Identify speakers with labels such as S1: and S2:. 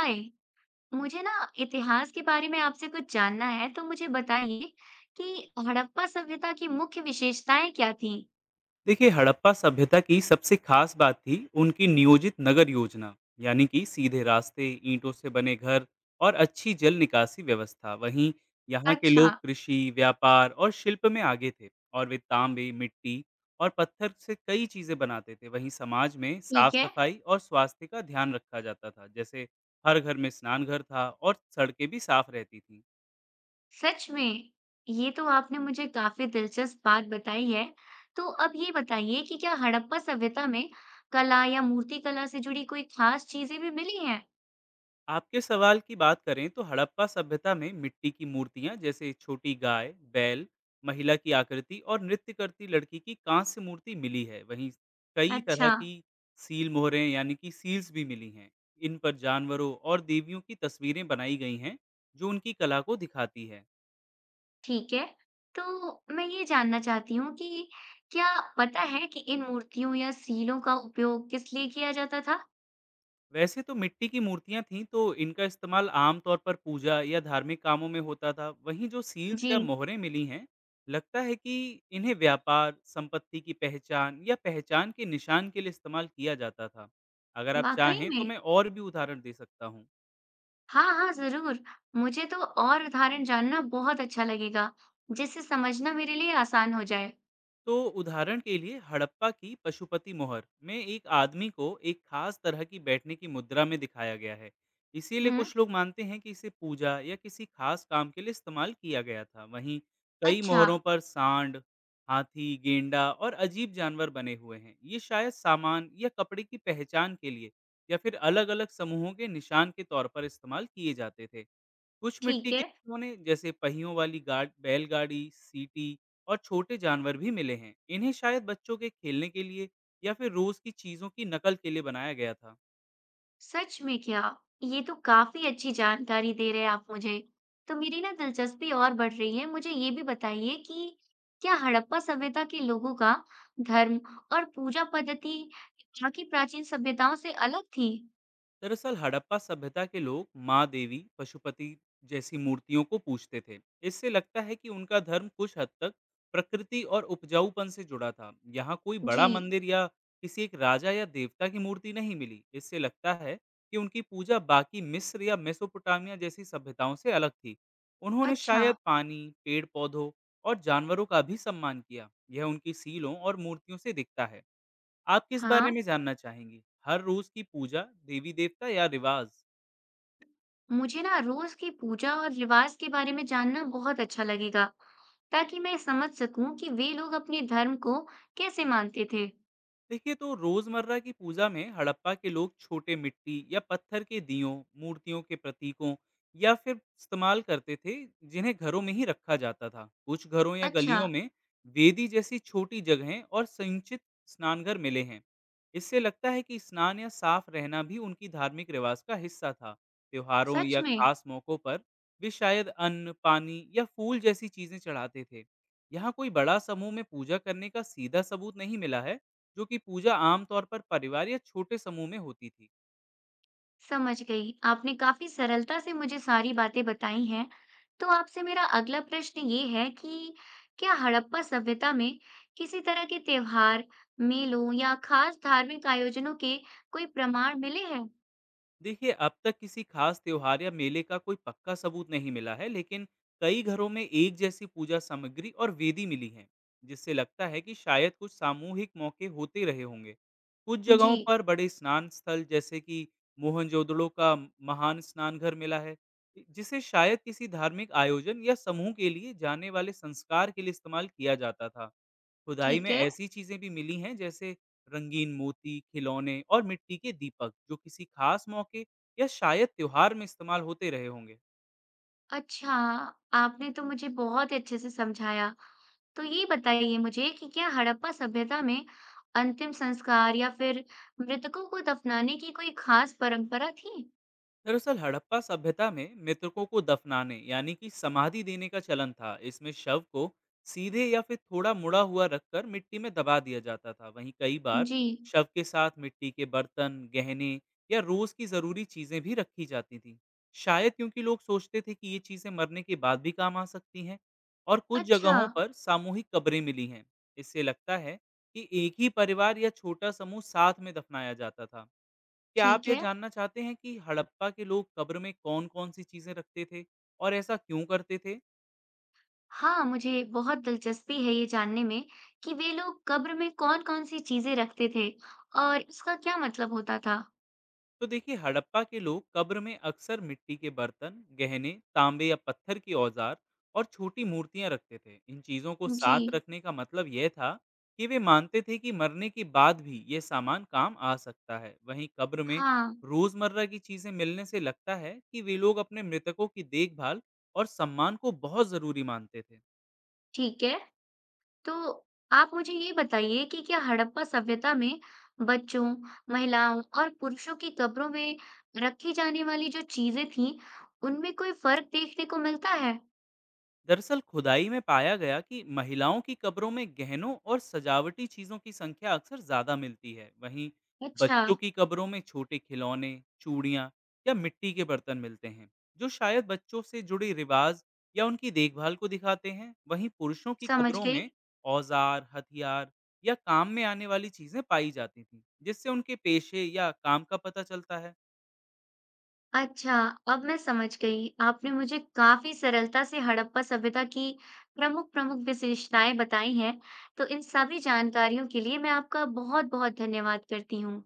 S1: हाय। मुझे ना इतिहास के बारे में आपसे कुछ जानना है, तो मुझे बताइए कि हड़प्पा सभ्यता की मुख्य विशेषताएं क्या थीं।
S2: देखिए, हड़प्पा सभ्यता की सबसे खास बात थी उनकी नियोजित नगर योजना। यानी कि सीधे रास्ते, ईंटों से बने घर और अच्छी जल निकासी व्यवस्था। वहीं यहाँ के
S1: अच्छा।
S2: लोग कृषि, व्यापार और शिल्प में आगे थे और वे तांबे, मिट्टी और पत्थर से कई चीजें बनाते थे। वहीं समाज में साफ
S1: ठीक है।
S2: सफाई और स्वास्थ्य का ध्यान रखा जाता था। जैसे हर घर में स्नानघर था और सड़कें भी साफ रहती थी।
S1: सच में? ये तो आपने मुझे काफी दिलचस्प बात बताई है। तो अब ये बताइए कि क्या हड़प्पा सभ्यता में कला या मूर्तिकला से जुड़ी कोई खास चीजें भी मिली हैं।
S2: आपके सवाल की बात करें तो हड़प्पा सभ्यता में मिट्टी की मूर्तियां जैसे छोटी गाय, बैल, महिला की आकृति और नृत्य करती लड़की की कांस्य मूर्ति मिली है। वहीं कई तरह
S1: अच्छा।
S2: की सील मोहरें यानी कि सील्स भी मिली हैं। इन पर जानवरों और देवियों की तस्वीरें बनाई गई हैं जो उनकी कला को दिखाती है।
S1: ठीक है। तो मैं ये जानना चाहती हूँ कि क्या पता है कि इन मूर्तियों या सीलों का उपयोग किस लिए किया जाता था।
S2: वैसे तो मिट्टी की मूर्तियां थीं तो इनका इस्तेमाल आमतौर पर पूजा या धार्मिक कामों में होता था। वहीं जो सील्स या
S1: जी।
S2: मोहरें मिली हैं, लगता है कि इन्हें व्यापार, संपत्ति की पहचान या पहचान के निशान के लिए इस्तेमाल किया जाता था। अगर आप
S1: वाक़ई
S2: चाहें तो
S1: में?
S2: मैं और भी उदाहरण दे सकता हूँ।
S1: हाँ, हाँ, ज़रूर। मुझे तो और उदाहरण जानना बहुत अच्छा लगेगा, जिससे समझना मेरे लिए आसान हो जाए।
S2: तो उदाहरण के लिए हड़प्पा की पशुपति मोहर में एक आदमी को एक खास तरह की बैठने की मुद्रा में दिखाया गया है। इसीलिए
S1: हुँ।
S2: कुछ लोग मानते हैं कि इसे पूजा या किसी खास काम के लिए इस्तेमाल किया गया था। वहीं कई
S1: अच्छा।
S2: मोहरों पर सांड, हाथी, गेंडा और अजीब जानवर बने हुए हैं। ये शायद सामान या कपड़े की पहचान के लिए या फिर अलग अलग समूहों के निशान के तौर पर इस्तेमाल किए जाते थे। कुछ मिट्टी
S1: ठीक
S2: के
S1: है।
S2: खिलौने जैसे पहियों वाली गाड बैलगाड़ी, सीटी और छोटे जानवर भी मिले हैं। इन्हें शायद बच्चों के खेलने के लिए या फिर रोज की चीजों की नकल के लिए बनाया गया था।
S1: सच में क्या? ये तो काफ़ी अच्छी जानकारी दे रहे हैं आप मुझे। तो मेरी ना दिलचस्पी और बढ़ रही है। मुझे ये भी बताइए कि क्या हड़प्पा सभ्यता के लोगों का धर्म और पूजा पद्धति बाकी प्राचीन सभ्यताओं से अलग थी?
S2: दरअसल हड़प्पा सभ्यता के लोग माँ देवी, पशुपति जैसी मूर्तियों को पूजते थे। इससे लगता है कि उनका धर्म कुछ हद तक प्रकृति और उपजाऊपन से जुड़ा था। यहाँ कोई
S1: जी।
S2: बड़ा मंदिर या किसी एक राजा या देवता की मूर्ति नहीं मिली। इससे लगता है कि उनकी पूजा बाकी मिस्र या मेसोपोटामिया जैसी सभ्यताओं से अलग थी। उन्होंने
S1: अच्छा।
S2: शायद पानी, पेड़ पौधों और जानवरों का भी सम्मान किया। यह उनकी सीलों और मूर्तियों से दिखता है। आप किस बारे
S1: हाँ।
S2: में जानना चाहेंगी? हर रोज की पूजा, देवी-देवता या रिवाज?
S1: मुझे ना रोज की पूजा और रिवाज के बारे में जानना बहुत अच्छा लगेगा, ताकि मैं समझ सकूं कि वे लोग अपने धर्म को कैसे मानते थे।
S2: देखिए, तो रोजमर्रा की पूजा में हड़प्पा के लोग छोटे मिट्टी या पत्थर के दियों, मूर्तियों के प्रतीकों या फिर इस्तेमाल करते थे, जिन्हें घरों में ही रखा जाता था। कुछ घरों या
S1: अच्छा।
S2: गलियों में वेदी जैसी छोटी जगहें और संचित स्नानघर मिले हैं। इससे लगता है कि स्नान या साफ रहना भी उनकी धार्मिक रिवाज का हिस्सा था। त्योहारों
S1: सच
S2: या
S1: में।
S2: खास मौकों पर वे शायद अन्न, पानी या फूल जैसी चीजें चढ़ाते थे। यहाँ कोई बड़ा समूह में पूजा करने का सीधा सबूत नहीं मिला है, जो कि पूजा आमतौर पर परिवार या छोटे समूह में होती थी।
S1: समझ गई। आपने काफी सरलता से मुझे सारी बातें बताई हैं। तो आपसे मेरा अगला प्रश्न ये है कि क्या हड़प्पा सभ्यता में किसी तरह के त्योहार, मेलों या खास धार्मिक आयोजनों के कोई प्रमाण मिले हैं।
S2: देखिए, अब तक किसी खास त्योहार या मेले का कोई पक्का सबूत नहीं मिला है, लेकिन कई घरों में एक जैसी पूजा सामग्री और वेदी मिली हैं, जिससे लगता है कि शायद कुछ सामूहिक मौके होते रहे होंगे। कुछ
S1: जी।
S2: जगहों पर बड़े स्नान स्थल जैसे कि मोहनजोदड़ो का महान स्नानघर मिला है, जिसे शायद किसी धार्मिक आयोजन या समूह के लिए जाने वाले संस्कार के लिए इस्तेमाल किया जाता था। खुदाई में
S1: ठीक है।
S2: ऐसी चीजें भी मिली हैं जैसे रंगीन मोती, खिलौने और मिट्टी के दीपक, जो किसी खास मौके या शायद त्योहार में इस्तेमाल होते रहे होंगे।
S1: अच्छा, आपने तो मुझे बहुत अच्छे से समझाया। तो ये बताइए मुझे कि क्या हड़प्पा सभ्यता में अंतिम संस्कार या फिर मृतकों को दफनाने की कोई खास परंपरा थी?
S2: दरअसल हड़प्पा सभ्यता में मृतकों को दफनाने यानी कि समाधि देने का चलन था। इसमें शव को सीधे या फिर थोड़ा मुड़ा हुआ रखकर मिट्टी में दबा दिया जाता था। वहीं कई बार
S1: जी।
S2: शव के साथ मिट्टी के बर्तन, गहने या रोज की जरूरी चीजें भी रखी जाती थी, शायद क्योंकि लोग सोचते थे कि ये चीजें मरने के बाद भी काम आ सकती हैं। और कुछ
S1: अच्छा।
S2: जगहों पर सामूहिक कब्रें मिली हैं। इससे लगता है कि एक ही परिवार या छोटा समूह साथ में दफनाया जाता था। क्या आप
S1: ठीक
S2: ये
S1: है।
S2: जानना चाहते हैं कि हड़प्पा के लोग कब्र में कौन-कौन सी चीजें रखते थे और ऐसा क्यों करते थे?
S1: हाँ, मुझे बहुत दिलचस्पी है ये जानने में कि वे लोग कब्र में कौन-कौन सी चीजें रखते थे और इसका क्या मतलब होता था।
S2: तो देखिए, हड़प्पा के लोग कब्र में अक्सर मिट्टी के बर्तन, गहने, तांबे या पत्थर के औजार और छोटी मूर्तियां रखते थे। इन चीजों को साथ
S1: जी।
S2: रखने का मतलब यह था कि वे मानते थे कि मरने के बाद भी यह सामान काम आ सकता है। वहीं कब्र में
S1: हाँ।
S2: रोजमर्रा की चीजें मिलने से लगता है कि वे लोग अपने मृतकों की देखभाल और सम्मान को बहुत जरूरी मानते थे।
S1: ठीक है। तो आप मुझे ये बताइए कि क्या हड़प्पा सभ्यता में बच्चों, महिलाओं और पुरुषों की कब्रों में रखी जाने वाली जो चीजें थीं, उनमें कोई फर्क देखने को मिलता है?
S2: दरअसल खुदाई में पाया गया कि महिलाओं की कब्रों में गहनों और सजावटी चीजों की संख्या अक्सर ज्यादा मिलती है। वहीं
S1: अच्छा।
S2: बच्चों की कब्रों में छोटे खिलौने, चूड़ियाँ या मिट्टी के बर्तन मिलते हैं, जो शायद बच्चों से जुड़े रिवाज या उनकी देखभाल को दिखाते हैं। वहीं पुरुषों की
S1: समझ
S2: कब्रों
S1: गई।
S2: में औजार, हथियार या काम में आने वाली चीजें पाई जाती थी, जिससे उनके पेशे या काम का पता चलता है।
S1: अच्छा, अब मैं समझ गई। आपने मुझे काफी सरलता से हड़प्पा सभ्यता की प्रमुख प्रमुख विशेषताएं बताई हैं। तो इन सभी जानकारियों के लिए मैं आपका बहुत बहुत धन्यवाद करती हूँ।